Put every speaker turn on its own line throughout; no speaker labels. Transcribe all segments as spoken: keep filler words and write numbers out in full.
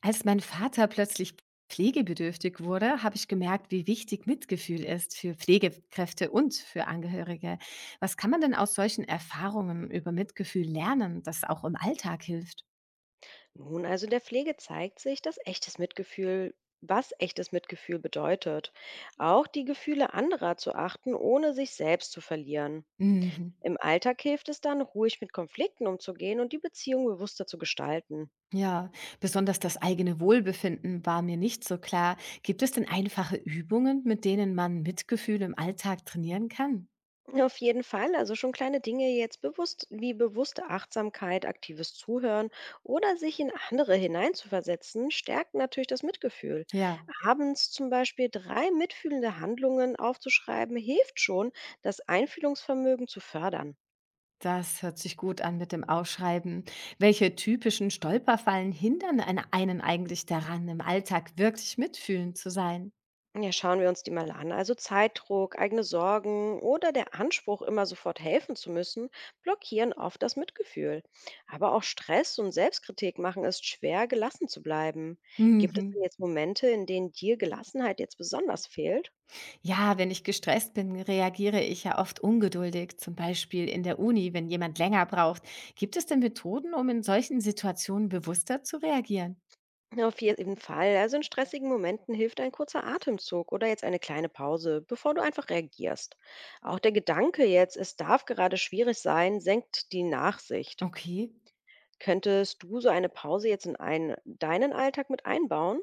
Als mein Vater plötzlich pflegebedürftig wurde, habe ich gemerkt, wie wichtig Mitgefühl ist für Pflegekräfte und für Angehörige. Was kann man denn aus solchen Erfahrungen über Mitgefühl lernen, das auch im Alltag hilft?
Nun, also in der Pflege zeigt sich, dass echtes Mitgefühl, was echtes Mitgefühl bedeutet. Auch die Gefühle anderer zu achten, ohne sich selbst zu verlieren.
Mhm.
Im Alltag hilft es dann, ruhig mit Konflikten umzugehen und die Beziehung bewusster zu gestalten.
Ja, besonders das eigene Wohlbefinden war mir nicht so klar. Gibt es denn einfache Übungen, mit denen man Mitgefühl im Alltag trainieren kann?
Auf jeden Fall, also schon kleine Dinge jetzt bewusst, wie bewusste Achtsamkeit, aktives Zuhören oder sich in andere hineinzuversetzen, stärken natürlich das Mitgefühl.
Ja.
Abends zum Beispiel drei mitfühlende Handlungen aufzuschreiben, hilft schon, das Einfühlungsvermögen zu fördern.
Das hört sich gut an mit dem Ausschreiben. Welche typischen Stolperfallen hindern eine- einen eigentlich daran, im Alltag wirklich mitfühlend zu sein?
Ja, schauen wir uns die mal an. Also Zeitdruck, eigene Sorgen oder der Anspruch, immer sofort helfen zu müssen, blockieren oft das Mitgefühl. Aber auch Stress und Selbstkritik machen es schwer, gelassen zu bleiben. Gibt es
Mhm.
denn jetzt Momente, in denen dir Gelassenheit jetzt besonders fehlt?
Ja, wenn ich gestresst bin, reagiere ich ja oft ungeduldig, zum Beispiel in der Uni, wenn jemand länger braucht. Gibt es denn Methoden, um in solchen Situationen bewusster zu reagieren?
Auf jeden Fall. Also in stressigen Momenten hilft ein kurzer Atemzug oder jetzt eine kleine Pause, bevor du einfach reagierst. Auch der Gedanke jetzt, es darf gerade schwierig sein, senkt die Nachsicht.
Okay.
Könntest du so eine Pause jetzt in einen, deinen Alltag mit einbauen?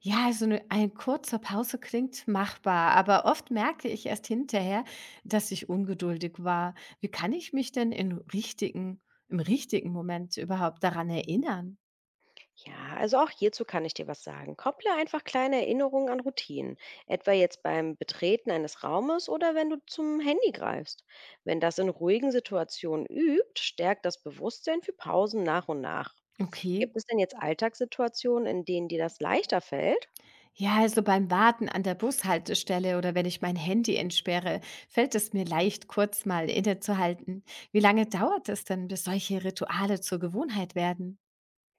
Ja, also 'ne eine kurze Pause klingt machbar, aber oft merke ich erst hinterher, dass ich ungeduldig war. Wie kann ich mich denn in richtigen im richtigen Moment überhaupt daran erinnern?
Ja, also auch hierzu kann ich dir was sagen. Kopple einfach kleine Erinnerungen an Routinen, etwa jetzt beim Betreten eines Raumes oder wenn du zum Handy greifst. Wenn das in ruhigen Situationen übt, stärkt das Bewusstsein für Pausen nach und nach.
Okay.
Gibt es denn jetzt Alltagssituationen, in denen dir das leichter fällt?
Ja, also beim Warten an der Bushaltestelle oder wenn ich mein Handy entsperre, fällt es mir leicht, kurz mal innezuhalten. Wie lange dauert es denn, bis solche Rituale zur Gewohnheit werden?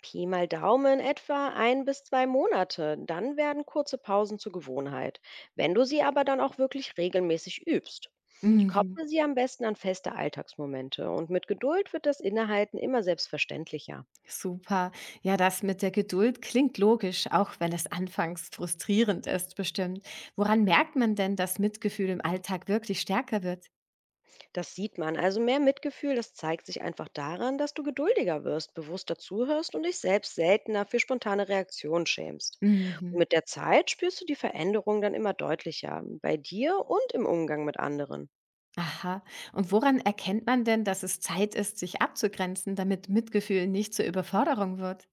Pi mal Daumen etwa ein bis zwei Monate. Dann werden kurze Pausen zur Gewohnheit, wenn du sie aber dann auch wirklich regelmäßig übst.
Mhm.
Kopple sie am besten an feste Alltagsmomente und mit Geduld wird das Innehalten immer selbstverständlicher.
Super. Ja, das mit der Geduld klingt logisch, auch wenn es anfangs frustrierend ist, bestimmt. Woran merkt man denn, dass Mitgefühl im Alltag wirklich stärker wird?
Das sieht man, also mehr Mitgefühl, das zeigt sich einfach daran, dass du geduldiger wirst, bewusster zuhörst und dich selbst seltener für spontane Reaktionen schämst. Und
Mhm.
mit der Zeit spürst du die Veränderung dann immer deutlicher, bei dir und im Umgang mit anderen.
Aha. Und woran erkennt man denn, dass es Zeit ist, sich abzugrenzen, damit Mitgefühl nicht zur Überforderung wird?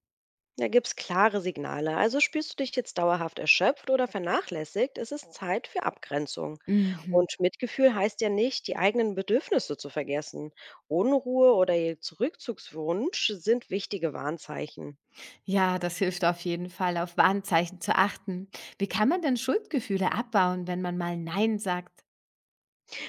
Da gibt's klare Signale. Also spürst du dich jetzt dauerhaft erschöpft oder vernachlässigt, ist es Zeit für Abgrenzung.
Mhm.
Und Mitgefühl heißt ja nicht, die eigenen Bedürfnisse zu vergessen. Unruhe oder jetzt Rückzugswunsch sind wichtige Warnzeichen.
Ja, das hilft auf jeden Fall, auf Warnzeichen zu achten. Wie kann man denn Schuldgefühle abbauen, wenn man mal Nein sagt?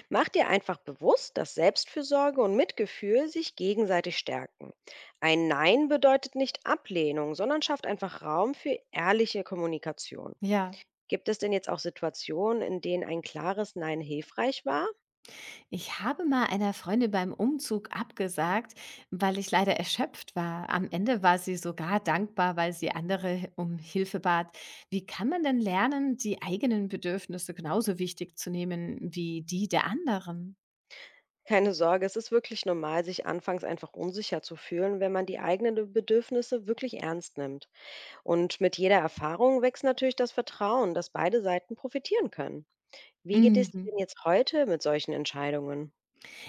Mach dir einfach bewusst, dass Selbstfürsorge und Mitgefühl sich gegenseitig stärken. Ein Nein bedeutet nicht Ablehnung, sondern schafft einfach Raum für ehrliche Kommunikation.
Ja.
Gibt es denn jetzt auch Situationen, in denen ein klares Nein hilfreich war?
Ich habe mal einer Freundin beim Umzug abgesagt, weil ich leider erschöpft war. Am Ende war sie sogar dankbar, weil sie andere um Hilfe bat. Wie kann man denn lernen, die eigenen Bedürfnisse genauso wichtig zu nehmen wie die der anderen?
Keine Sorge, es ist wirklich normal, sich anfangs einfach unsicher zu fühlen, wenn man die eigenen Bedürfnisse wirklich ernst nimmt. Und mit jeder Erfahrung wächst natürlich das Vertrauen, dass beide Seiten profitieren können. Wie geht es dir
Mhm.
denn jetzt heute mit solchen Entscheidungen?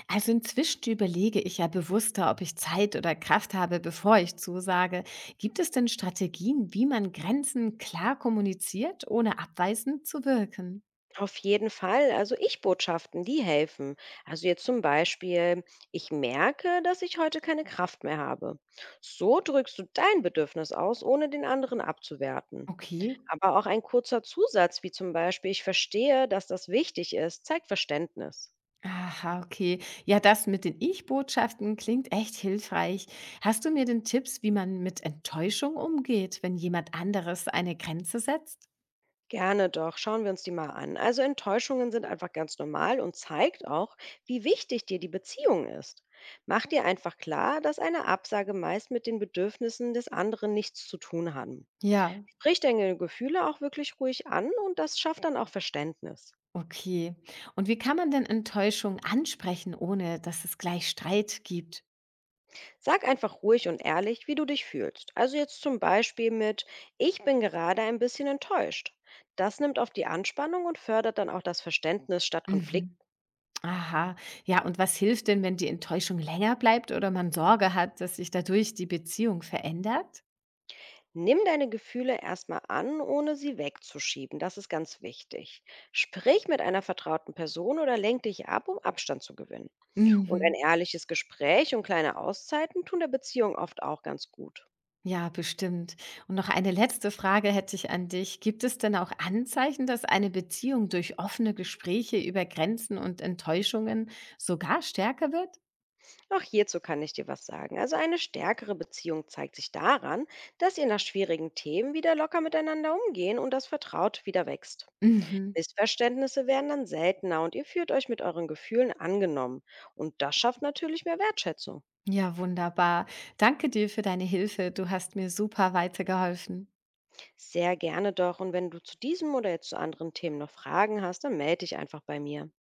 Also inzwischen überlege ich ja bewusster, ob ich Zeit oder Kraft habe, bevor ich zusage. Gibt es denn Strategien, wie man Grenzen klar kommuniziert, ohne abweisend zu wirken?
Auf jeden Fall, also Ich-Botschaften, die helfen. Also jetzt zum Beispiel, ich merke, dass ich heute keine Kraft mehr habe. So drückst du dein Bedürfnis aus, ohne den anderen abzuwerten.
Okay.
Aber auch ein kurzer Zusatz, wie zum Beispiel, ich verstehe, dass das wichtig ist, zeigt Verständnis.
Aha, okay. Ja, das mit den Ich-Botschaften klingt echt hilfreich. Hast du mir denn Tipps, wie man mit Enttäuschung umgeht, wenn jemand anderes eine Grenze setzt?
Gerne doch, schauen wir uns die mal an. Also Enttäuschungen sind einfach ganz normal und zeigt auch, wie wichtig dir die Beziehung ist. Mach dir einfach klar, dass eine Absage meist mit den Bedürfnissen des anderen nichts zu tun hat.
Ja,
Sprich deine Gefühle auch wirklich ruhig an und das schafft dann auch Verständnis.
okay. Und wie kann man denn Enttäuschung ansprechen, ohne dass es gleich Streit gibt?
Sag einfach ruhig und ehrlich, wie du dich fühlst. Also jetzt zum Beispiel mit, ich bin gerade ein bisschen enttäuscht. Das nimmt auf die Anspannung und fördert dann auch das Verständnis statt Konflikt.
Mhm. Aha, ja, und was hilft denn, wenn die Enttäuschung länger bleibt oder man Sorge hat, dass sich dadurch die Beziehung verändert?
Nimm deine Gefühle erstmal an, ohne sie wegzuschieben. Das ist ganz wichtig. Sprich mit einer vertrauten Person oder lenk dich ab, um Abstand zu gewinnen. Und ein
Mhm.
ehrliches Gespräch und kleine Auszeiten tun der Beziehung oft auch ganz gut.
Ja, bestimmt. Und noch eine letzte Frage hätte ich an dich. Gibt es denn auch Anzeichen, dass eine Beziehung durch offene Gespräche über Grenzen und Enttäuschungen sogar stärker wird?
Auch hierzu kann ich dir was sagen. Also eine stärkere Beziehung zeigt sich daran, dass ihr nach schwierigen Themen wieder locker miteinander umgehen und das Vertraut wieder wächst.
Mhm.
Missverständnisse werden dann seltener und ihr fühlt euch mit euren Gefühlen angenommen. Und das schafft natürlich mehr Wertschätzung.
Ja, wunderbar. Danke dir für deine Hilfe. Du hast mir super weitergeholfen.
Sehr gerne doch. Und wenn du zu diesem oder jetzt zu anderen Themen noch Fragen hast, dann melde dich einfach bei mir.